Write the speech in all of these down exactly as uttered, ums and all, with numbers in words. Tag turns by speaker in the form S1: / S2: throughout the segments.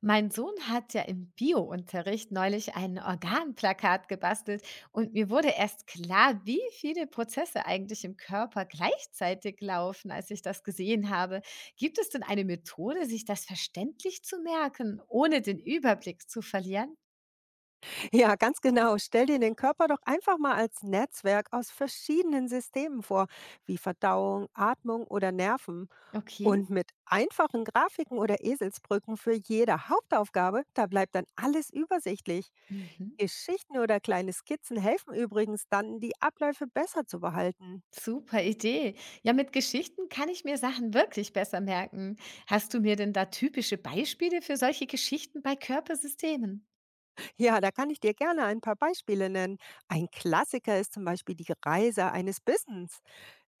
S1: Mein Sohn hat ja im Biounterricht neulich ein Organplakat gebastelt und mir wurde erst klar, wie viele Prozesse eigentlich im Körper gleichzeitig laufen, als ich das gesehen habe. Gibt es denn eine Methode, sich das verständlich zu merken, ohne den Überblick zu verlieren?
S2: Ja, ganz genau. Stell dir den Körper doch einfach mal als Netzwerk aus verschiedenen Systemen vor, wie Verdauung, Atmung oder Nerven.
S1: Okay.
S2: Und mit einfachen Grafiken oder Eselsbrücken für jede Hauptaufgabe, da bleibt dann alles übersichtlich.
S1: Mhm.
S2: Geschichten oder kleine Skizzen helfen übrigens dann, die Abläufe besser zu behalten.
S1: Super Idee. Ja, mit Geschichten kann ich mir Sachen wirklich besser merken. Hast du mir denn da typische Beispiele für solche Geschichten bei Körpersystemen?
S2: Ja, da kann ich dir gerne ein paar Beispiele nennen. Ein Klassiker ist zum Beispiel die Reise eines Bissens.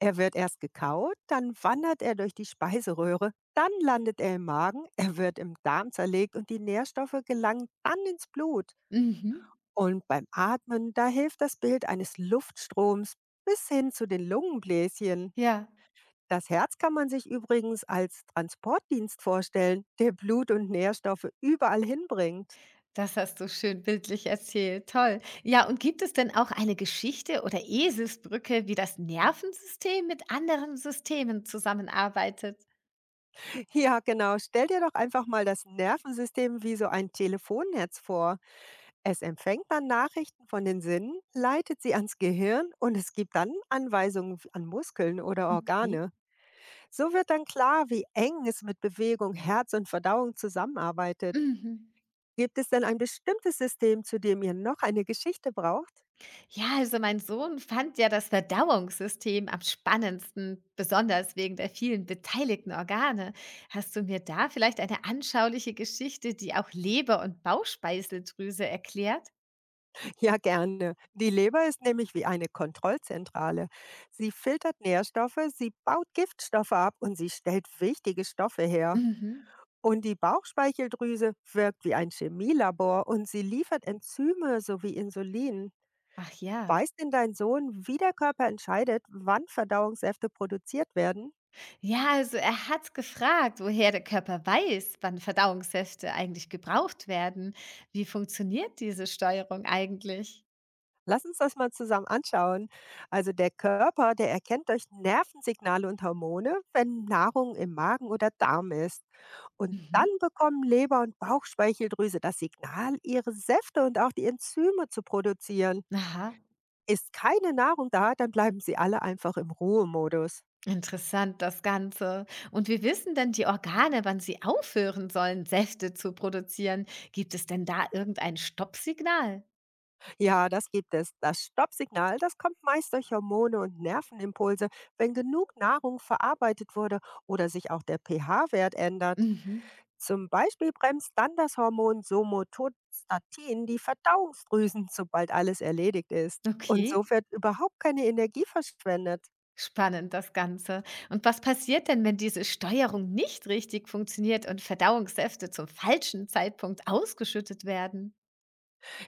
S2: Er wird erst gekaut, dann wandert er durch die Speiseröhre, dann landet er im Magen, er wird im Darm zerlegt und die Nährstoffe gelangen dann ins Blut.
S1: Mhm.
S2: Und beim Atmen, da hilft das Bild eines Luftstroms bis hin zu den Lungenbläschen.
S1: Ja.
S2: Das Herz kann man sich übrigens als Transportdienst vorstellen, der Blut und Nährstoffe überall hinbringt.
S1: Das hast du schön bildlich erzählt, toll. Ja, und gibt es denn auch eine Geschichte oder Eselsbrücke, wie das Nervensystem mit anderen Systemen zusammenarbeitet?
S2: Ja, genau. Stell dir doch einfach mal das Nervensystem wie so ein Telefonnetz vor. Es empfängt dann Nachrichten von den Sinnen, leitet sie ans Gehirn und es gibt dann Anweisungen f- an Muskeln oder
S1: Okay.
S2: Organe. So wird dann klar, wie eng es mit Bewegung, Herz und Verdauung zusammenarbeitet.
S1: Mhm.
S2: Gibt es denn ein bestimmtes System, zu dem ihr noch eine Geschichte braucht?
S1: Ja, also mein Sohn fand ja das Verdauungssystem am spannendsten, besonders wegen der vielen beteiligten Organe. Hast du mir da vielleicht eine anschauliche Geschichte, die auch Leber und Bauchspeiseldrüse erklärt?
S2: Ja, gerne. Die Leber ist nämlich wie eine Kontrollzentrale. Sie filtert Nährstoffe, sie baut Giftstoffe ab und sie stellt wichtige Stoffe her.
S1: Mhm.
S2: Und die Bauchspeicheldrüse wirkt wie ein Chemielabor und sie liefert Enzyme sowie Insulin.
S1: Ach ja.
S2: Weiß denn dein Sohn, wie der Körper entscheidet, wann Verdauungssäfte produziert werden?
S1: Ja, also er hat gefragt, woher der Körper weiß, wann Verdauungssäfte eigentlich gebraucht werden. Wie funktioniert diese Steuerung eigentlich?
S2: Lass uns das mal zusammen anschauen. Also der Körper, der erkennt durch Nervensignale und Hormone, wenn Nahrung im Magen oder Darm ist. Und
S1: Mhm.
S2: dann bekommen Leber und Bauchspeicheldrüse das Signal, ihre Säfte und auch die Enzyme zu produzieren.
S1: Aha,
S2: Ist keine Nahrung da, dann bleiben sie alle einfach im Ruhemodus.
S1: interessant das Ganze. Und wie wissen denn die Organe, wann sie aufhören sollen, Säfte zu produzieren? Gibt es denn da irgendein Stoppsignal?
S2: Ja, das gibt es. Das Stoppsignal, das kommt meist durch Hormone und Nervenimpulse, wenn genug Nahrung verarbeitet wurde oder sich auch der pH-Wert ändert.
S1: Mhm.
S2: Zum Beispiel bremst dann das Hormon Somatostatin die Verdauungsdrüsen, sobald alles erledigt ist. Und
S1: Okay,
S2: so wird überhaupt keine Energie verschwendet.
S1: spannend das Ganze. Und was passiert denn, wenn diese Steuerung nicht richtig funktioniert und Verdauungssäfte zum falschen Zeitpunkt ausgeschüttet werden?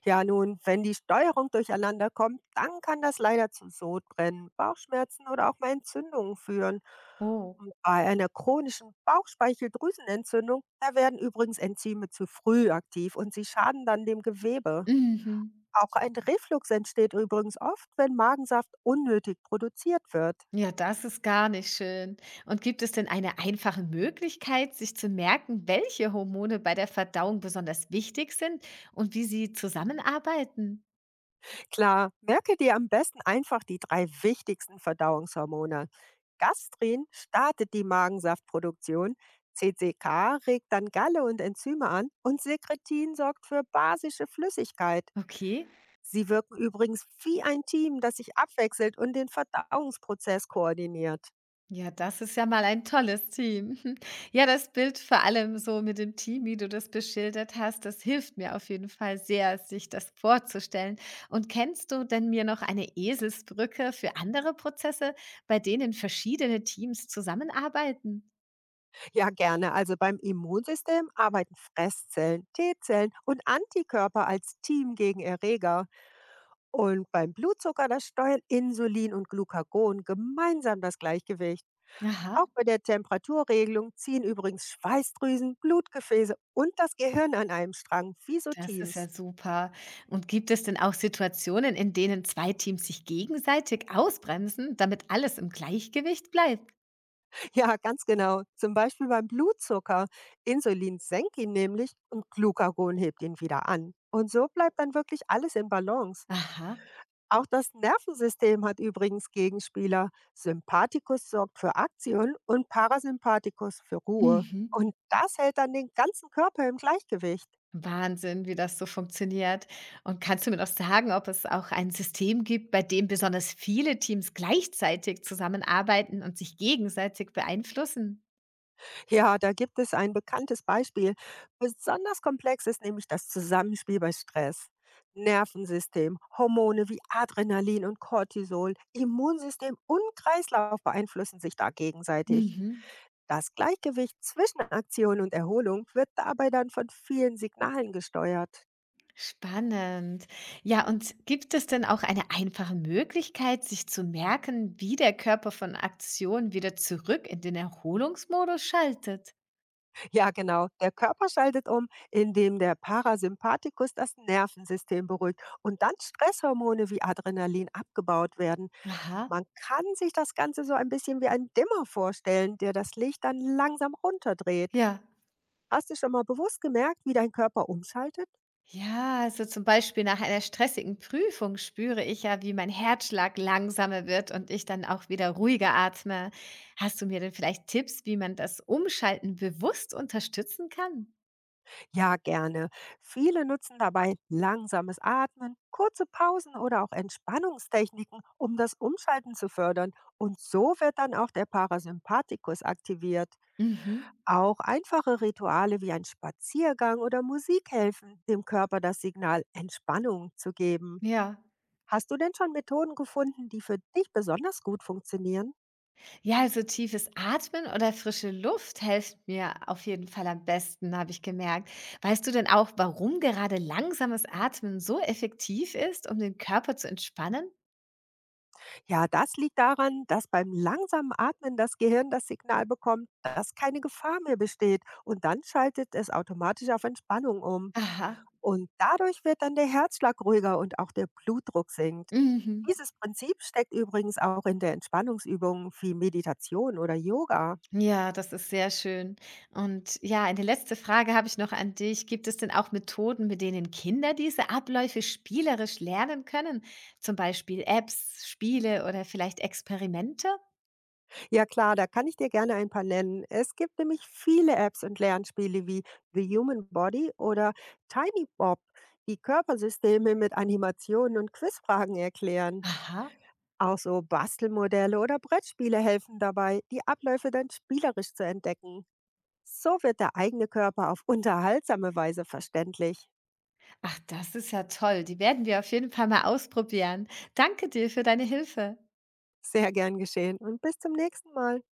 S2: Ja, nun, wenn die Steuerung durcheinander kommt, dann kann das leider zu Sodbrennen, Bauchschmerzen oder auch mal Entzündungen führen.
S1: Oh.
S2: Und bei einer chronischen Bauchspeicheldrüsenentzündung, da werden übrigens Enzyme zu früh aktiv und sie schaden dann dem Gewebe.
S1: Mhm.
S2: Auch ein Reflux entsteht übrigens oft, wenn Magensaft unnötig produziert wird.
S1: Ja, das ist gar nicht schön. Und gibt es denn eine einfache Möglichkeit, sich zu merken, welche Hormone bei der Verdauung besonders wichtig sind und wie sie zusammenarbeiten?
S2: Klar, merke dir am besten einfach die drei wichtigsten Verdauungshormone. Gastrin startet die Magensaftproduktion, C C K regt dann Galle und Enzyme an und Sekretin sorgt für basische Flüssigkeit.
S1: Okay.
S2: Sie wirken übrigens wie ein Team, das sich abwechselt und den Verdauungsprozess koordiniert.
S1: Ja, das ist ja mal ein tolles Team. Ja, das Bild vor allem so mit dem Team, wie du das beschildert hast, das hilft mir auf jeden Fall sehr, sich das vorzustellen. Und kennst du denn mir noch eine Eselsbrücke für andere Prozesse, bei denen verschiedene Teams zusammenarbeiten?
S2: Ja, gerne. Also beim Immunsystem arbeiten Fresszellen, T-Zellen und Antikörper als Team gegen Erreger. Und beim Blutzucker, das steuern Insulin und Glucagon gemeinsam das Gleichgewicht.
S1: Aha,
S2: Auch bei der Temperaturregelung ziehen übrigens Schweißdrüsen, Blutgefäße und das Gehirn an einem Strang, wie so
S1: das ist ja
S2: Teams.
S1: super. Und gibt es denn auch Situationen, in denen zwei Teams sich gegenseitig ausbremsen, damit alles im Gleichgewicht bleibt?
S2: Ja, ganz genau. Zum Beispiel beim Blutzucker. Insulin senkt ihn nämlich und Glucagon hebt ihn wieder an. Und so bleibt dann wirklich alles in Balance.
S1: Aha.
S2: Auch das Nervensystem hat übrigens Gegenspieler. Sympathikus sorgt für Aktion und Parasympathikus für Ruhe.
S1: Mhm.
S2: Und das hält dann den ganzen Körper im Gleichgewicht.
S1: Wahnsinn, wie das so funktioniert. Und kannst du mir noch sagen, ob es auch ein System gibt, bei dem besonders viele Teams gleichzeitig zusammenarbeiten und sich gegenseitig beeinflussen?
S2: Ja, da gibt es ein bekanntes Beispiel. Besonders komplex ist nämlich das Zusammenspiel bei Stress. Nervensystem, Hormone wie Adrenalin und Cortisol, Immunsystem und Kreislauf beeinflussen sich da gegenseitig.
S1: Mhm.
S2: Das Gleichgewicht zwischen Aktion und Erholung wird dabei dann von vielen Signalen gesteuert.
S1: Spannend. Ja, und gibt es denn auch eine einfache Möglichkeit, sich zu merken, wie der Körper von Aktion wieder zurück in den Erholungsmodus schaltet?
S2: Ja, genau. Der Körper schaltet um, indem der Parasympathikus das Nervensystem beruhigt und dann Stresshormone wie Adrenalin abgebaut werden.
S1: Aha,
S2: Man kann sich das Ganze so ein bisschen wie einen Dimmer vorstellen, der das Licht dann langsam runterdreht.
S1: ja.
S2: Hast du schon mal bewusst gemerkt, wie dein Körper umschaltet?
S1: Ja, also zum Beispiel nach einer stressigen Prüfung spüre ich ja, wie mein Herzschlag langsamer wird und ich dann auch wieder ruhiger atme. Hast du mir denn vielleicht Tipps, wie man das Umschalten bewusst unterstützen kann?
S2: Ja, gerne. Viele nutzen dabei langsames Atmen, kurze Pausen oder auch Entspannungstechniken, um das Umschalten zu fördern. Und so wird dann auch der Parasympathikus aktiviert.
S1: Mhm.
S2: Auch einfache Rituale wie ein Spaziergang oder Musik helfen, dem Körper das Signal Entspannung zu geben.
S1: Ja.
S2: Hast du denn schon Methoden gefunden, die für dich besonders gut funktionieren?
S1: Ja, also tiefes Atmen oder frische Luft helfen mir auf jeden Fall am besten, habe ich gemerkt. Weißt du denn auch, warum gerade langsames Atmen so effektiv ist, um den Körper zu entspannen?
S2: Ja, das liegt daran, dass beim langsamen Atmen das Gehirn das Signal bekommt, dass keine Gefahr mehr besteht und dann schaltet es automatisch auf Entspannung um.
S1: Aha.
S2: Und dadurch wird dann der Herzschlag ruhiger und auch der Blutdruck sinkt.
S1: Mhm.
S2: Dieses Prinzip steckt übrigens auch in der Entspannungsübung wie Meditation oder Yoga.
S1: Ja, das ist sehr schön. Und ja, eine letzte Frage habe ich noch an dich. Gibt es denn auch Methoden, mit denen Kinder diese Abläufe spielerisch lernen können? Zum Beispiel Apps, Spiele oder vielleicht Experimente?
S2: Ja klar, da kann ich dir gerne ein paar nennen. Es gibt nämlich viele Apps und Lernspiele wie The Human Body oder Tiny Bob, die Körpersysteme mit Animationen und Quizfragen erklären.
S1: Aha.
S2: Auch so Bastelmodelle oder Brettspiele helfen dabei, die Abläufe dann spielerisch zu entdecken. So wird der eigene Körper auf unterhaltsame Weise verständlich.
S1: Ach, das ist ja toll. Die werden wir auf jeden Fall mal ausprobieren. Danke dir für deine Hilfe.
S2: Sehr gern geschehen und bis zum nächsten Mal.